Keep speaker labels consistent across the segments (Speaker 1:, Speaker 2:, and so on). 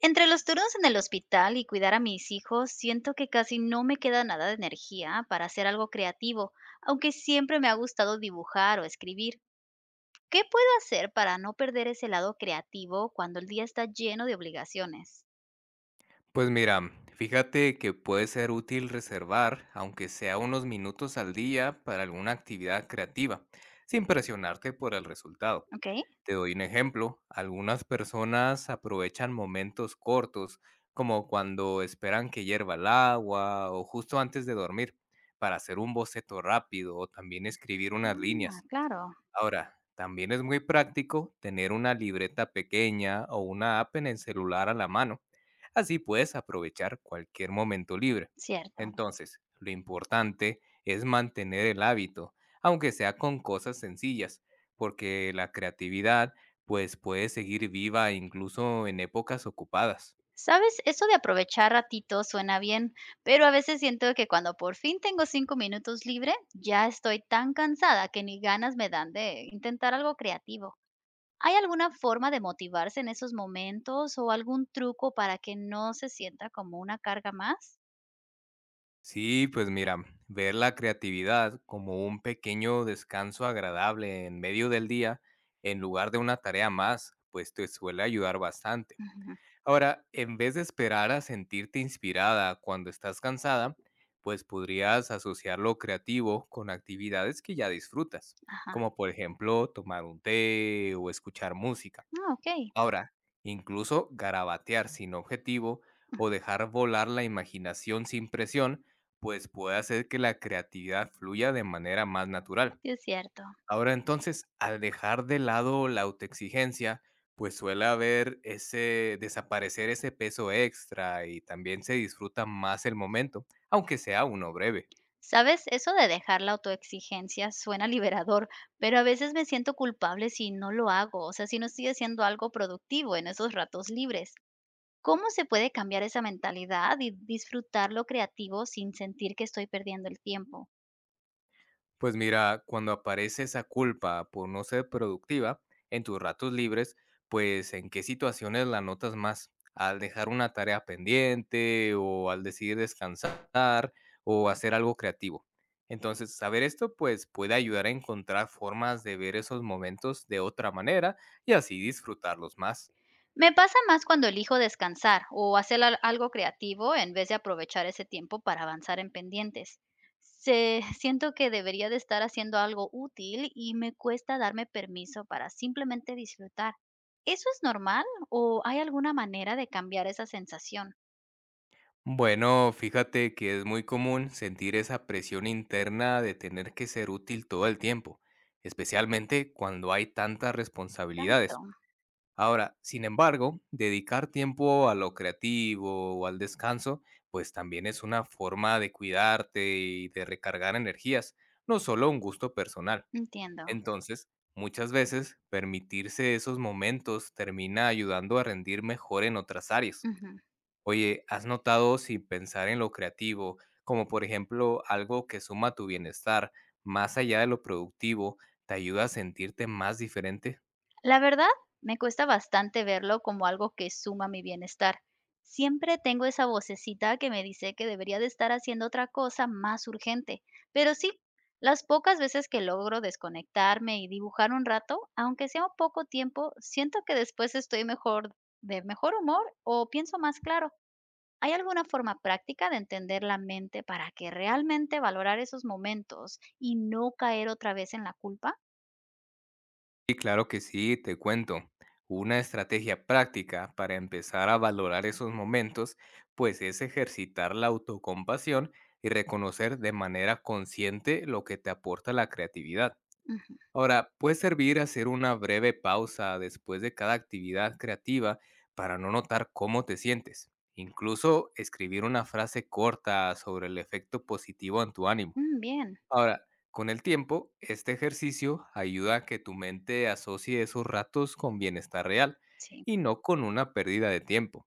Speaker 1: Entre los turnos en el hospital y cuidar a mis hijos, siento que casi no me queda nada de energía para hacer algo creativo, aunque siempre me ha gustado dibujar o escribir. ¿Qué puedo hacer para no perder ese lado creativo cuando el día está lleno de obligaciones?
Speaker 2: Pues mira, fíjate que puede ser útil reservar, aunque sea unos minutos al día, para alguna actividad creativa, sin presionarte por el resultado.
Speaker 1: ¿Ok?
Speaker 2: Te doy un ejemplo, algunas personas aprovechan momentos cortos, como cuando esperan que hierva el agua o justo antes de dormir, para hacer un boceto rápido o también escribir unas
Speaker 1: Ah,
Speaker 2: líneas.
Speaker 1: claro,
Speaker 2: Ahora, también es muy práctico tener una libreta pequeña o una app en el celular a la mano. Así puedes aprovechar cualquier momento libre.
Speaker 1: cierto.
Speaker 2: Entonces, lo importante es mantener el hábito, aunque sea con cosas sencillas, porque la creatividad pues puede seguir viva incluso en épocas ocupadas.
Speaker 1: Sabes, eso de aprovechar ratito suena bien, pero a veces siento que cuando por fin tengo 5 minutos libre, ya estoy tan cansada que ni ganas me dan de intentar algo creativo. ¿Hay alguna forma de motivarse en esos momentos o algún truco para que no se sienta como una carga más?
Speaker 2: Sí, pues mira, ver la creatividad como un pequeño descanso agradable en medio del día, en lugar de una tarea más, pues te suele ayudar bastante.
Speaker 1: Ujú.
Speaker 2: Ahora, en vez de esperar a sentirte inspirada cuando estás cansada, pues podrías asociar lo creativo con actividades que ya disfrutas,
Speaker 1: Ajá.
Speaker 2: como por ejemplo tomar un té o escuchar música.
Speaker 1: Ah, ok.
Speaker 2: Ahora, incluso garabatear sin objetivo
Speaker 1: Mm,
Speaker 2: o dejar volar la imaginación sin presión, pues puede hacer que la creatividad fluya de manera más natural.
Speaker 1: sí es cierto.
Speaker 2: Ahora entonces, al dejar de lado la autoexigencia, pues suele haber ese desaparecer ese peso extra y también se disfruta más el momento, aunque sea uno breve.
Speaker 1: Sabes, eso de dejar la autoexigencia suena liberador, pero a veces me siento culpable si no lo hago, o sea, si no estoy haciendo algo productivo en esos ratos libres. ¿Cómo se puede cambiar esa mentalidad y disfrutar lo creativo sin sentir que estoy perdiendo el tiempo?
Speaker 2: Pues mira, cuando aparece esa culpa por no ser productiva en tus ratos libres, pues ¿en qué situaciones la notas más? ¿Al dejar una tarea pendiente o al decidir descansar o hacer algo creativo? Entonces, saber esto pues puede ayudar a encontrar formas de ver esos momentos de otra manera y así disfrutarlos más.
Speaker 1: Me pasa más cuando elijo descansar o hacer algo creativo en vez de aprovechar ese tiempo para avanzar en pendientes. Se, siento que debería de estar haciendo algo útil y me cuesta darme permiso para simplemente disfrutar. ¿Eso es normal o hay alguna manera de cambiar esa sensación?
Speaker 2: Bueno, fíjate que es muy común sentir esa presión interna de tener que ser útil todo el tiempo, especialmente cuando hay tantas
Speaker 1: Tanto,
Speaker 2: responsabilidades. Ahora, sin embargo, dedicar tiempo a lo creativo o al descanso, pues también es una forma de cuidarte y de recargar energías, no solo un gusto personal.
Speaker 1: entiendo.
Speaker 2: Entonces, muchas veces, permitirse esos momentos termina ayudando a rendir mejor en otras áreas.
Speaker 1: Ujú.
Speaker 2: Oye, ¿has notado si pensar en lo creativo, como por ejemplo algo que suma tu bienestar, más allá de lo productivo, te ayuda a sentirte más diferente?
Speaker 1: La verdad, me cuesta bastante verlo como algo que suma mi bienestar. Siempre tengo esa vocecita que me dice que debería de estar haciendo otra cosa más urgente. Pero sí, las pocas veces que logro desconectarme y dibujar un rato, aunque sea un poco tiempo, siento que después estoy mejor, de mejor humor o pienso más claro. ¿Hay alguna forma práctica de entender la mente para que realmente valorar esos momentos y no caer otra vez en la culpa?
Speaker 2: Y claro que sí, te cuento. Una estrategia práctica para empezar a valorar esos momentos, pues es ejercitar la autocompasión y reconocer de manera consciente lo que te aporta la creatividad.
Speaker 1: Ujú,
Speaker 2: Ahora, puede servir hacer una breve pausa después de cada actividad creativa para no notar cómo te sientes. Incluso escribir una frase corta sobre el efecto positivo en tu ánimo.
Speaker 1: mm, bien,
Speaker 2: Ahora, con el tiempo, este ejercicio ayuda a que tu mente asocie esos ratos con bienestar real
Speaker 1: sí.
Speaker 2: y no con una pérdida de tiempo.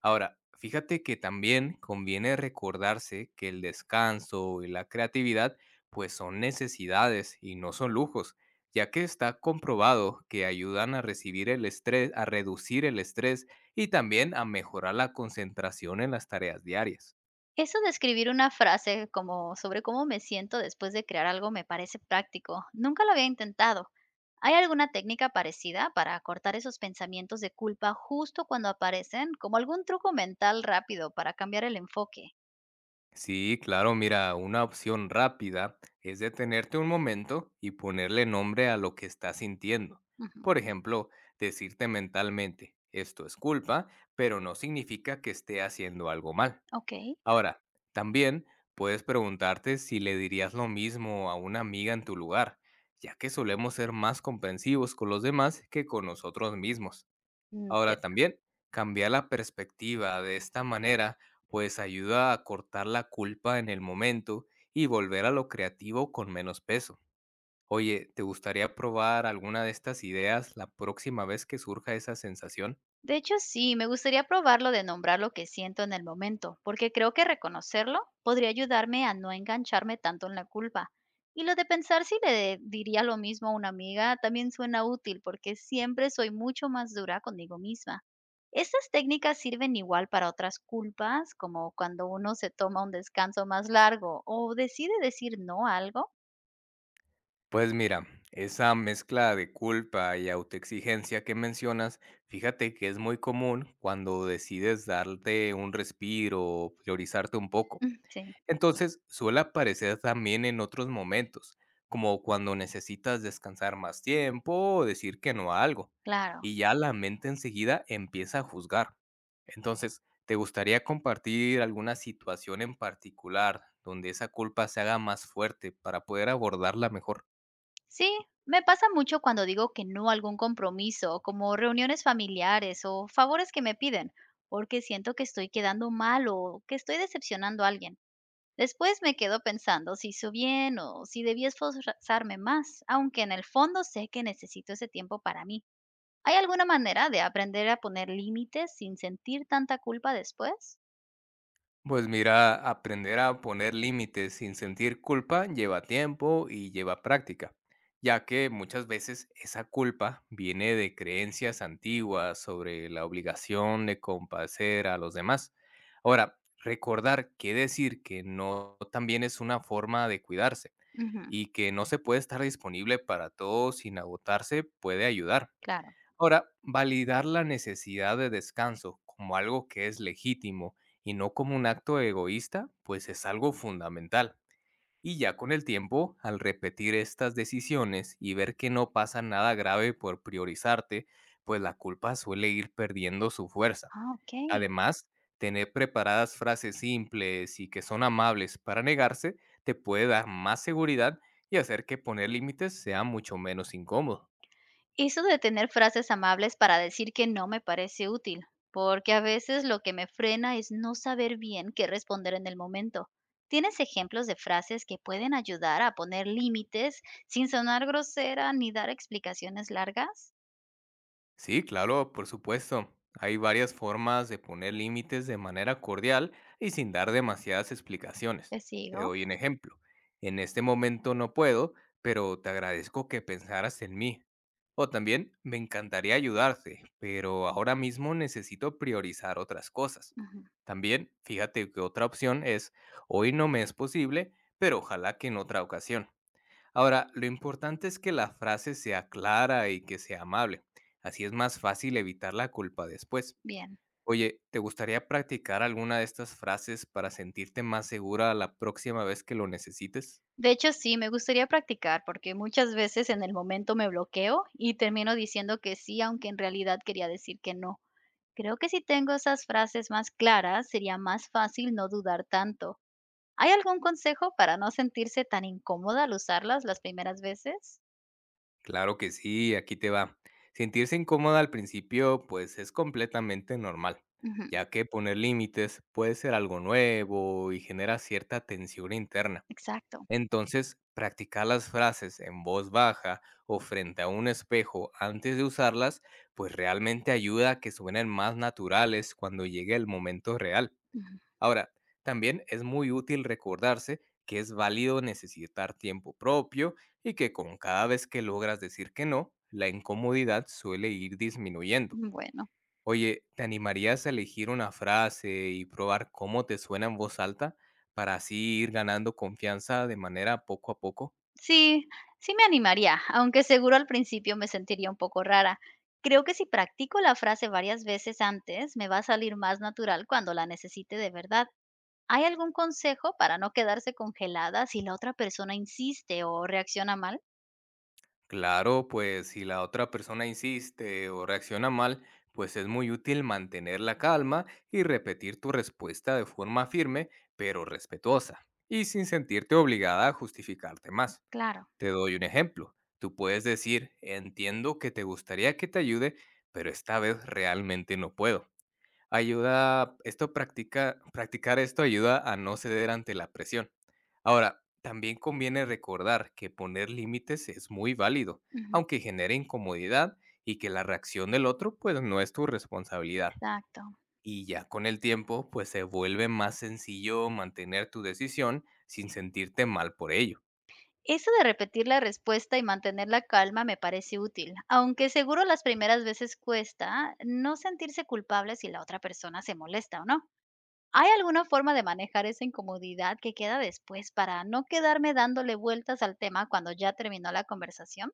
Speaker 2: Ahora, fíjate que también conviene recordarse que el descanso y la creatividad pues son necesidades y no son lujos, ya que está comprobado que ayudan a recibir el estrés, a reducir el estrés y también a mejorar la concentración en las tareas diarias.
Speaker 1: Eso de escribir una frase como sobre cómo me siento después de crear algo me parece práctico. Nunca lo había intentado. ¿Hay alguna técnica parecida para cortar esos pensamientos de culpa justo cuando aparecen? Como algún truco mental rápido para cambiar el enfoque.
Speaker 2: Sí, claro, mira, una opción rápida es detenerte un momento y ponerle nombre a lo que estás sintiendo.
Speaker 1: Ujú,
Speaker 2: Por ejemplo, decirte mentalmente, esto es culpa, pero no significa que esté haciendo algo mal.
Speaker 1: ok,
Speaker 2: Ahora, también puedes preguntarte si le dirías lo mismo a una amiga en tu lugar, ya que solemos ser más comprensivos con los demás que con nosotros mismos.
Speaker 1: mm, ya.
Speaker 2: Ahora también, cambiar la perspectiva de esta manera pues ayuda a cortar la culpa en el momento y volver a lo creativo con menos peso. Oye, ¿te gustaría probar alguna de estas ideas la próxima vez que surja esa sensación?
Speaker 1: De hecho, sí, me gustaría probarlo de nombrar lo que siento en el momento, porque creo que reconocerlo podría ayudarme a no engancharme tanto en la culpa. Y lo de pensar si le diría lo mismo a una amiga también suena útil, porque siempre soy mucho más dura conmigo misma. Estas técnicas sirven igual para otras culpas, como cuando uno se toma un descanso más largo o decide decir no a algo.
Speaker 2: Pues mira, esa mezcla de culpa y autoexigencia que mencionas, fíjate que es muy común cuando decides darte un respiro o priorizarte un poco.
Speaker 1: Sí,
Speaker 2: Entonces, suele aparecer también en otros momentos, como cuando necesitas descansar más tiempo o decir que no a algo,
Speaker 1: claro.
Speaker 2: y ya la mente enseguida empieza a juzgar. Entonces, ¿te gustaría compartir alguna situación en particular donde esa culpa se haga más fuerte para poder abordarla mejor?
Speaker 1: Sí, me pasa mucho cuando digo que no a algún compromiso, como reuniones familiares o favores que me piden, porque siento que estoy quedando mal o que estoy decepcionando a alguien. Después me quedo pensando si hizo bien o si debí esforzarme más, aunque en el fondo sé que necesito ese tiempo para mí. ¿Hay alguna manera de aprender a poner límites sin sentir tanta culpa después?
Speaker 2: Pues mira, aprender a poner límites sin sentir culpa lleva tiempo y lleva práctica, ya que muchas veces esa culpa viene de creencias antiguas sobre la obligación de compadecer a los demás. Ahora, recordar que decir que no también es una forma de cuidarse
Speaker 1: Ujú,
Speaker 2: y que no se puede estar disponible para todos sin agotarse puede ayudar.
Speaker 1: claro.
Speaker 2: Ahora, validar la necesidad de descanso como algo que es legítimo y no como un acto egoísta, pues es algo fundamental. Y ya con el tiempo, al repetir estas decisiones y ver que no pasa nada grave por priorizarte, pues la culpa suele ir perdiendo su fuerza.
Speaker 1: Ah, ok.
Speaker 2: Además, tener preparadas frases simples y que son amables para negarse te puede dar más seguridad y hacer que poner límites sea mucho menos incómodo.
Speaker 1: Eso de tener frases amables para decir que no me parece útil, porque a veces lo que me frena es no saber bien qué responder en el momento. ¿Tienes ejemplos de frases que pueden ayudar a poner límites sin sonar grosera ni dar explicaciones largas?
Speaker 2: Sí, claro, por supuesto. Hay varias formas de poner límites de manera cordial y sin dar demasiadas explicaciones.
Speaker 1: Te
Speaker 2: Te
Speaker 1: sigo.
Speaker 2: doy un ejemplo. En este momento no puedo, pero te agradezco que pensaras en mí. O también, me encantaría ayudarte, pero ahora mismo necesito priorizar otras cosas.
Speaker 1: Ujú,
Speaker 2: También, fíjate que otra opción es, hoy no me es posible, pero ojalá que en otra ocasión. Ahora, lo importante es que la frase sea clara y que sea amable. Así es más fácil evitar la culpa después.
Speaker 1: bien.
Speaker 2: Oye, ¿te gustaría practicar alguna de estas frases para sentirte más segura la próxima vez que lo necesites?
Speaker 1: De hecho, sí, me gustaría practicar porque muchas veces en el momento me bloqueo y termino diciendo que sí, aunque en realidad quería decir que no. Creo que si tengo esas frases más claras, sería más fácil no dudar tanto. ¿Hay algún consejo para no sentirse tan incómoda al usarlas las primeras veces?
Speaker 2: Claro que sí, aquí te va. Sentirse incómoda al principio, pues es completamente normal,
Speaker 1: Ujú,
Speaker 2: ya que poner límites puede ser algo nuevo y genera cierta tensión interna.
Speaker 1: exacto.
Speaker 2: Entonces, practicar las frases en voz baja o frente a un espejo antes de usarlas, pues realmente ayuda a que suenen más naturales cuando llegue el momento real. Ahora, también es muy útil recordarse que es válido necesitar tiempo propio y que con cada vez que logras decir que no, la incomodidad suele ir disminuyendo.
Speaker 1: Ujú, bueno,
Speaker 2: Oye, ¿te animarías a elegir una frase y probar cómo te suena en voz alta para así ir ganando confianza de manera poco a poco?
Speaker 1: sí, sí me animaría, aunque seguro al principio me sentiría un poco rara. Creo que si practico la frase varias veces antes, me va a salir más natural cuando la necesite de verdad. ¿Hay algún consejo para no quedarse congelada si la otra persona insiste o reacciona mal?
Speaker 2: Claro, pues si la otra persona insiste o reacciona mal, pues es muy útil mantener la calma y repetir tu respuesta de forma firme, pero respetuosa, y sin sentirte obligada a justificarte más.
Speaker 1: Claro.
Speaker 2: Te doy un ejemplo. Tú puedes decir, entiendo que te gustaría que te ayude, pero esta vez realmente no puedo. Ayuda, esto practicar esto ayuda a no ceder ante la presión. Ahora, también conviene recordar que poner límites es muy válido,
Speaker 1: Ujú,
Speaker 2: aunque genere incomodidad y que la reacción del otro pues no es tu responsabilidad.
Speaker 1: exacto.
Speaker 2: Y ya con el tiempo pues se vuelve más sencillo mantener tu decisión sin sentirte mal por ello.
Speaker 1: Eso de repetir la respuesta y mantener la calma me parece útil, aunque seguro las primeras veces cuesta no sentirse culpable si la otra persona se molesta o no. ¿Hay alguna forma de manejar esa incomodidad que queda después para no quedarme dándole vueltas al tema cuando ya terminó la conversación?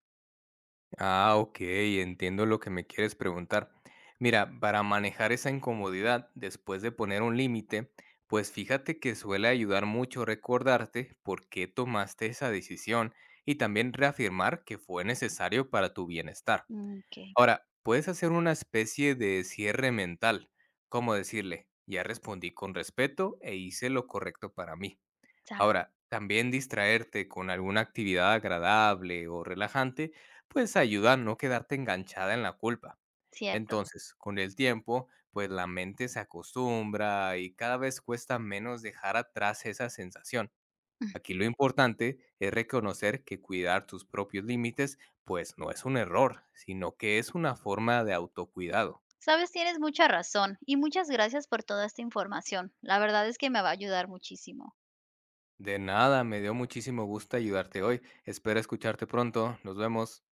Speaker 2: Ah, ok, entiendo lo que me quieres preguntar. Mira, para manejar esa incomodidad después de poner un límite, pues fíjate que suele ayudar mucho recordarte por qué tomaste esa decisión y también reafirmar que fue necesario para tu bienestar.
Speaker 1: Mm, ok,
Speaker 2: Ahora, puedes hacer una especie de cierre mental, como decirle, ya respondí con respeto e hice lo correcto para mí.
Speaker 1: exacto,
Speaker 2: Ahora, también distraerte con alguna actividad agradable o relajante, pues ayuda a no quedarte enganchada en la culpa.
Speaker 1: cierto.
Speaker 2: Entonces, con el tiempo, pues la mente se acostumbra y cada vez cuesta menos dejar atrás esa sensación. Aquí lo importante es reconocer que cuidar tus propios límites, pues no es un error, sino que es una forma de autocuidado.
Speaker 1: Sabes, tienes mucha razón y muchas gracias por toda esta información. La verdad es que me va a ayudar muchísimo.
Speaker 2: De nada, me dio muchísimo gusto ayudarte hoy. Espero escucharte pronto. Nos vemos.